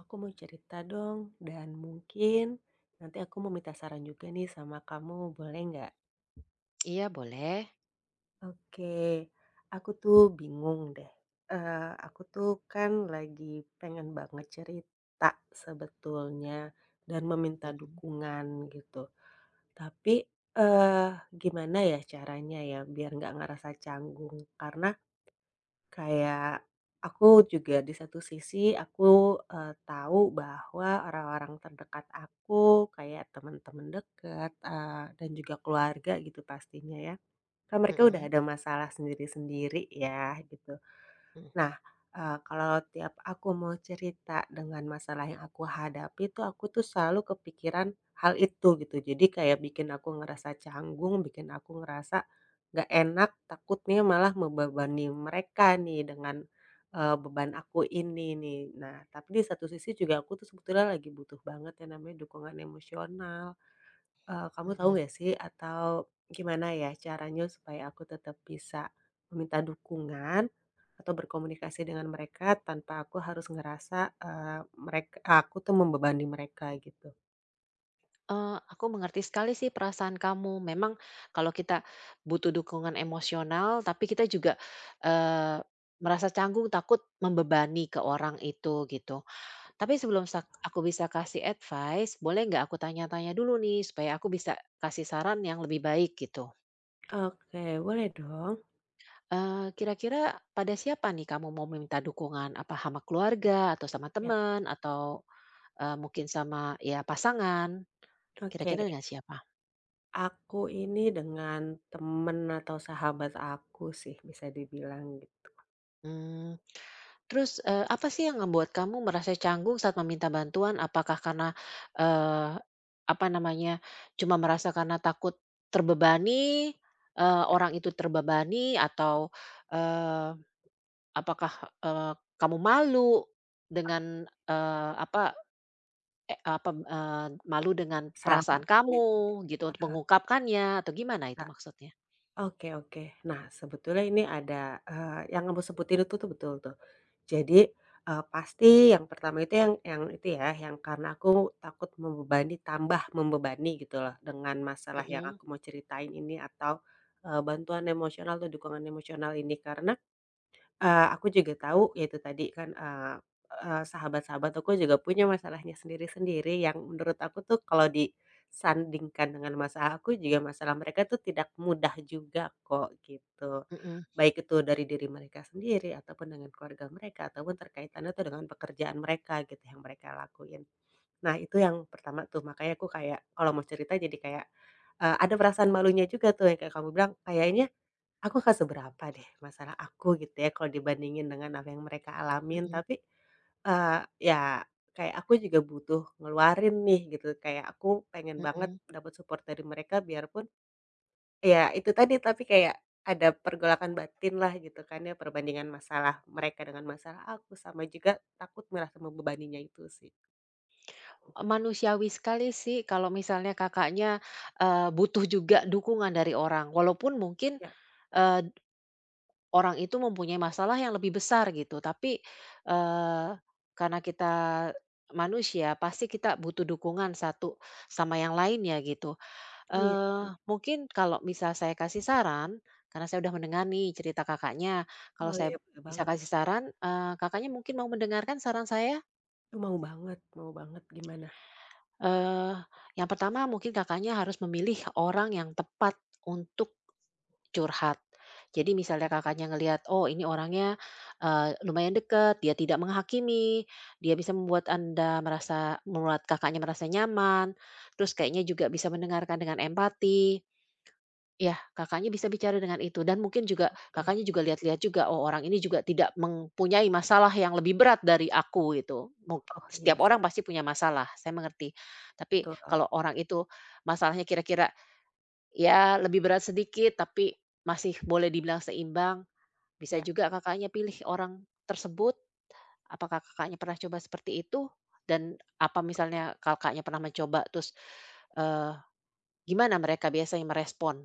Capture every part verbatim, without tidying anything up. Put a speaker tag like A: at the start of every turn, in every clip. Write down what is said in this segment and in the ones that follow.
A: Aku mau cerita dong, dan mungkin nanti aku mau minta saran juga nih sama kamu, boleh nggak?
B: Iya, boleh.
A: Oke, aku tuh bingung deh. Eh, aku tuh kan lagi pengen banget cerita sebetulnya dan meminta
B: Mhm.
A: dukungan gitu. Tapi eh gimana ya caranya ya biar nggak ngerasa canggung? Karena kayak aku juga di satu sisi aku, eee, tahu bahwa orang-orang terdekat aku kayak teman-teman dekat, eee, dan juga keluarga gitu pastinya ya, kan mereka udah
B: Mhm.
A: ada masalah sendiri-sendiri ya gitu.
B: Mhm.
A: Nah, eee, kalau tiap aku mau cerita dengan masalah yang aku hadapi tuh, aku tuh selalu kepikiran hal itu gitu. Jadi kayak bikin aku ngerasa canggung, bikin aku ngerasa nggak enak, takutnya malah membebani mereka nih dengan, eee, beban aku ini nih. Nah, tapi di satu sisi juga aku tuh sebetulnya lagi butuh banget yang namanya dukungan emosional. Eee, kamu tahu
B: Mhm.
A: nggak sih atau gimana ya caranya supaya aku tetap bisa meminta dukungan atau berkomunikasi dengan mereka tanpa aku harus ngerasa, eee, merek aku tuh membebani mereka gitu?
B: Eee, aku mengerti sekali sih perasaan kamu. Memang kalau kita butuh dukungan emosional, tapi kita juga, eee, merasa canggung takut membebani ke orang itu gitu. Tapi sebelum sak aku bisa kasih advice, boleh nggak aku tanya-tanya dulu nih supaya aku bisa kasih saran yang lebih baik gitu.
A: Oke, boleh dong.
B: Eee, kira-kira pada siapa nih kamu mau meminta dukungan? Apa sama keluarga atau sama
A: Ya.
B: teman atau, eee, mungkin sama ya pasangan?
A: Oke.
B: Kira-kira dengan siapa?
A: Aku ini dengan temen atau sahabat aku sih bisa dibilang gitu.
B: Mmm, terus, eee, apa sih yang membuat kamu merasa canggung saat meminta bantuan? Apakah karena, eee, apa namanya, cuma merasa karena takut terbebani, eee, orang itu terbebani atau, eee, apakah, eee, kamu malu dengan, eee, apa, e apa, eee, malu dengan
A: Salah
B: perasaan
A: aku itu.
B: kamu gitu untuk mengungkapkannya atau gimana itu maksudnya?
A: Oke, oke. Nah, sebetulnya ini ada, eee, yang kamu sebutin itu tuh betul tuh. Jadi, eee, pasti yang pertama itu yang yang itu ya, yang karena aku takut membebani, tambah membebani gitu loh dengan masalah yang
B: Mhm.
A: aku mau ceritain ini atau, eee, bantuan emosional atau dukungan emosional ini. Karena Eee, aku juga tahu ya itu tadi kan, eee eee, sahabat-sahabat aku juga punya masalahnya sendiri-sendiri yang menurut aku tuh kalau disandingkan dengan masalah aku juga masalah mereka tuh tidak mudah juga kok gitu.
B: Mhm.
A: Baik itu dari diri mereka sendiri ataupun dengan keluarga mereka ataupun terkaitannya tuh dengan pekerjaan mereka gitu yang mereka lakuin. Nah itu yang pertama tuh makanya aku kayak kalau mau cerita jadi kayak, eee, ada perasaan malunya juga tuh yang kayak kamu bilang kayaknya aku nggak seberapa deh masalah aku gitu ya kalau dibandingin dengan apa yang mereka alamin
B: Mhm.
A: tapi, eee, ya kayak aku juga butuh ngeluarin nih gitu kayak aku pengen banget
B: Mhm.
A: dapat support dari mereka biarpun ya itu tadi tapi kayak ada pergolakan batin lah gitu kan ya perbandingan masalah mereka dengan masalah aku sama juga takut merasa membebaninya itu sih.
B: Manusiawi sekali sih kalau misalnya Kakaknya, eee, butuh juga dukungan dari orang, walaupun mungkin,
A: Ya,
B: eee, orang itu mempunyai masalah yang lebih besar gitu, tapi, eee, karena kita manusia pasti kita butuh dukungan satu sama yang lainnya gitu.
A: iya sih.
B: Eee, mungkin kalau misal saya kasih saran, karena saya udah mendengar nih cerita Kakaknya, kalau saya
A: Boleh, boleh
B: bisa
A: banget.
B: kasih saran, eee,
A: Ya,
B: Kakaknya mungkin mau mendengarkan saran saya?
A: itu mau banget, mau banget, gimana?
B: Eee, yang pertama mungkin Kakaknya harus memilih orang yang tepat untuk curhat. Jadi misalnya
A: Oke.
B: Kakaknya ngelihat, oh ini orangnya, eee, lumayan dekat, dia tidak menghakimi, dia bisa membuat Anda merasa membuat Kakaknya merasa nyaman, terus kayaknya juga bisa mendengarkan dengan empati. Ya Kakaknya bisa bicara dengan itu dan mungkin juga
A: Oke,
B: Kakaknya juga lihat-lihat juga, oh orang ini juga tidak mempunyai masalah yang lebih berat dari aku gitu. Mungkin
A: oh iya
B: setiap
A: sih,
B: orang pasti punya masalah, saya mengerti. Tapi
A: betul,
B: kalau orang itu masalahnya kira-kira ya lebih berat sedikit tapi masih boleh dibilang seimbang, bisa
A: ya.
B: juga Kakaknya pilih orang tersebut. Apakah Kakaknya pernah coba seperti itu? Dan apa misalnya Kakaknya pernah mencoba terus, eee, gimana mereka biasanya merespon?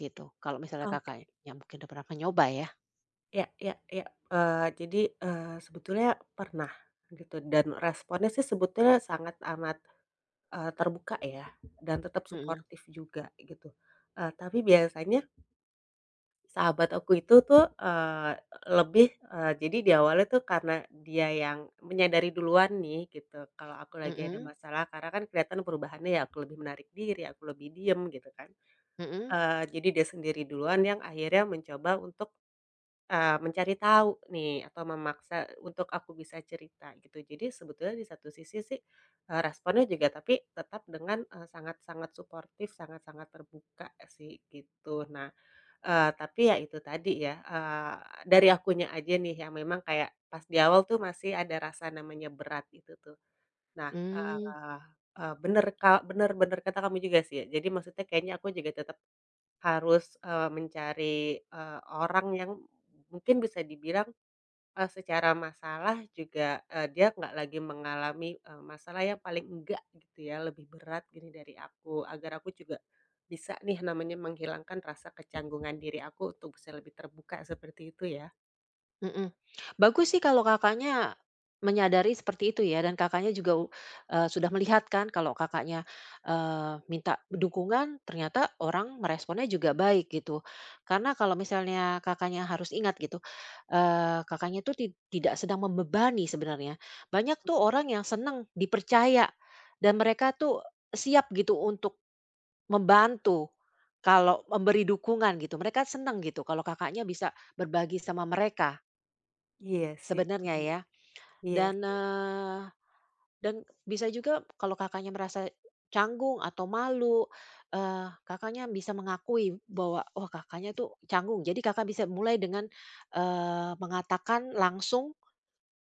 B: Gitu, kalau misalnya
A: Oke,
B: Kakaknya mungkin udah pernah nyoba ya?
A: ya ya ya, eee, jadi, eee, sebetulnya pernah gitu dan responnya sih sebetulnya sangat amat, eee, terbuka ya dan tetap
B: Mhm.
A: suportif juga gitu, eee, tapi biasanya sahabat aku itu tuh, eee, lebih, eee, jadi di awalnya tuh karena dia yang menyadari duluan nih gitu kalau aku lagi ada
B: Mhm.
A: masalah karena kan kelihatan perubahannya ya aku lebih menarik diri, aku lebih diem gitu kan,
B: Mhm.
A: eee, jadi dia sendiri duluan yang akhirnya mencoba untuk Eee, mencari tahu nih atau memaksa untuk aku bisa cerita gitu. Jadi sebetulnya di satu sisi sih, eee, responnya juga tapi tetap dengan, eee, sangat-sangat suportif, sangat-sangat terbuka sih gitu. Nah, eee, tapi ya itu tadi ya, eee, dari akunya aja nih yang memang kayak pas di awal tuh masih ada rasa namanya berat itu tuh. Nah, eee
B: Mmm.
A: eee, bener ka bener bener kata kamu juga sih ya. Jadi maksudnya kayaknya aku juga tetap harus, eee, mencari, eee, orang yang mungkin bisa dibilang, eee, secara masalah juga, eee, dia nggak lagi mengalami, eee, masalah yang paling enggak gitu ya, lebih berat gini dari aku, agar aku juga bisa nih namanya menghilangkan rasa kecanggungan diri aku untuk bisa lebih terbuka seperti itu ya.
B: Mhm. Bagus sih kalau Kakaknya menyadari seperti itu ya dan Kakaknya juga, eee, sudah melihat kan kalau Kakaknya, eee, minta dukungan ternyata orang meresponnya juga baik gitu. Karena kalau misalnya Kakaknya harus ingat gitu, eee, Kakaknya itu ti tidak sedang membebani sebenarnya. Banyak tuh orang yang senang dipercaya dan mereka tuh siap gitu untuk membantu, kalau memberi dukungan gitu, mereka seneng gitu kalau Kakaknya bisa berbagi sama mereka,
A: Iya sih,
B: sebenarnya
A: bener,
B: ya.
A: iya
B: Dan,
A: sih.
B: eee, dan bisa juga kalau Kakaknya merasa canggung atau malu, eee, Kakaknya bisa mengakui bahwa, "Oh, Kakaknya tuh canggung." Jadi Kakak bisa mulai dengan, eee, mengatakan langsung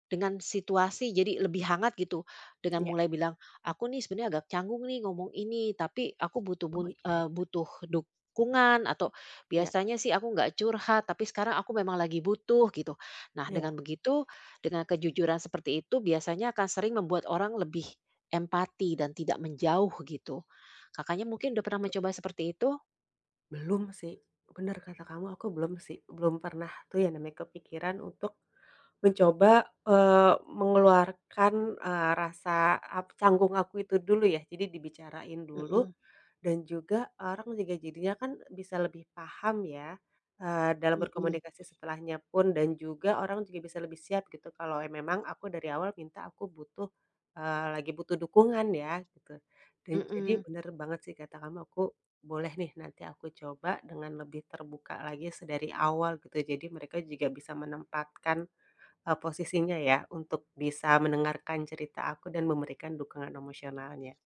B: dengan situasi jadi lebih hangat gitu, dengan
A: Ya,
B: mulai bilang, "Aku nih sebenarnya agak canggung nih ngomong ini, tapi aku butuh
A: oh
B: bun
A: iya,
B: eee, butuh dukungan," atau,
A: ya,
B: "Biasanya sih aku nggak curhat, tapi sekarang aku memang lagi butuh," gitu. Nah,
A: ya,
B: dengan begitu, dengan kejujuran seperti itu biasanya akan sering membuat orang lebih empati dan tidak menjauh gitu. Kakaknya
A: iya
B: mungkin udah pernah
A: betul.
B: mencoba seperti itu?
A: Belum sih, bener kata kamu, aku belum sih, belum pernah tuh ya namanya kepikiran untuk mencoba, eee, mengeluarkan, eee, rasa ap canggung aku itu dulu ya, jadi dibicarain dulu
B: Mhm.
A: dan juga orang juga jadinya kan bisa lebih paham ya, eee, dalam
B: Mhm.
A: berkomunikasi setelahnya pun dan juga orang juga bisa lebih siap gitu kalau ya memang aku dari awal minta aku butuh, eee, lagi butuh dukungan ya gitu. Dan jadi
B: Mhm.
A: bener banget sih kata kamu, aku boleh nih nanti aku coba dengan lebih terbuka lagi sedari awal gitu, jadi mereka juga bisa menempatkan Eee, posisinya ya, untuk bisa mendengarkan cerita aku dan memberikan dukungan emosionalnya.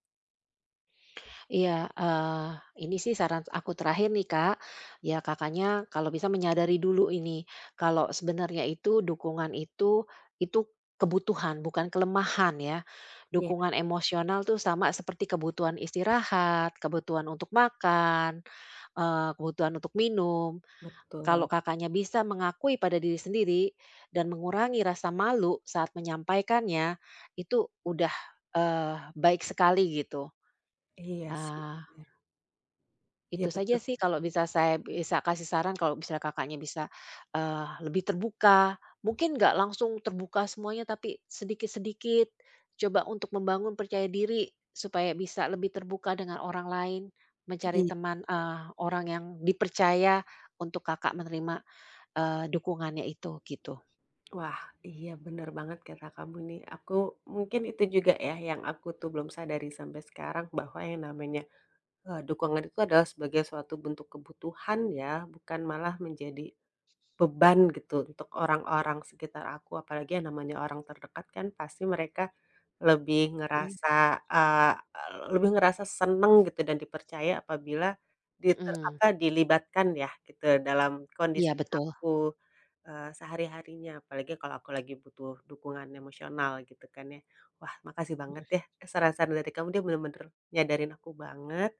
B: Iya, eee, ini sih saran aku terakhir nih, Kak. Ya, Kakaknya kalau bisa menyadari dulu ini, kalau sebenarnya itu dukungan itu, itu kebutuhan bukan kelemahan ya.
A: Iya,
B: Dukungan emosional tuh sama seperti kebutuhan istirahat, kebutuhan untuk makan, eee, kebutuhan untuk minum.
A: betul.
B: Kalau Kakaknya bisa mengakui pada diri sendiri dan mengurangi rasa malu saat menyampaikannya, itu udah, eee, baik sekali gitu.
A: Iya sih,
B: Eee
A: bener. Iya,
B: itu
A: betul.
B: saja sih kalau bisa saya bisa kasih saran kalau misalnya Kakaknya bisa, eee, lebih terbuka, mungkin nggak langsung terbuka semuanya tapi sedikit-sedikit, coba untuk membangun percaya diri supaya bisa lebih terbuka dengan orang lain, mencari
A: Iya.
B: teman, eee, orang yang dipercaya untuk Kakak menerima, eee, dukungannya itu gitu.
A: Wah, iya bener banget kata kamu nih. Aku mungkin itu juga ya yang aku tuh belum sadari sampai sekarang bahwa yang namanya, eee, dukungan itu adalah sebagai suatu bentuk kebutuhan ya, bukan malah menjadi beban gitu untuk orang-orang sekitar aku, apalagi yang namanya orang terdekat kan pasti mereka lebih
B: Mhm.
A: ngerasa, eee, lebih ngerasa seneng gitu dan dipercaya apabila diter
B: Mhm.
A: apa, dilibatkan ya gitu dalam
B: Iya,
A: kondisi
B: betul.
A: aku, eee, sehari-harinya, apalagi kalau aku lagi butuh dukungan emosional gitu kan ya. Wah, makasih banget ya, eh, saran-saran dari kamu, dia bener-bener nyadarin aku banget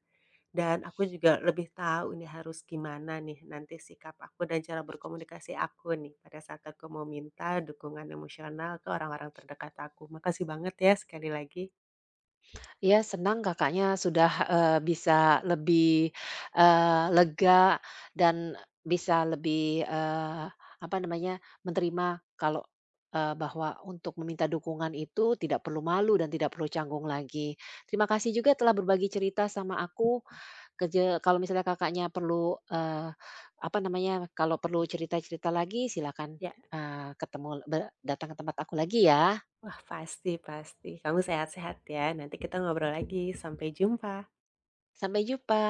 A: dan aku juga lebih tahu nih harus gimana nih nanti sikap aku dan cara berkomunikasi aku nih pada saat aku mau minta dukungan emosional ke orang-orang terdekat aku. Makasih banget ya sekali lagi.
B: Ya senang Kakaknya sudah, eee, bisa lebih, eee, lega dan bisa lebih, eee, apa namanya, menerima kalau, eee, bahwa untuk meminta dukungan itu tidak perlu malu dan tidak perlu canggung lagi. Terima kasih juga telah berbagi cerita sama aku, keje kalau misalnya Kakaknya perlu, eee, apa namanya, kalau perlu cerita-cerita lagi silakan,
A: Ya.
B: eee, ketemu be datang ke tempat aku lagi ya.
A: Wah, pasti, pasti. Kamu sehat-sehat ya. Nanti kita ngobrol lagi. Sampai jumpa.
B: Sampai jumpa.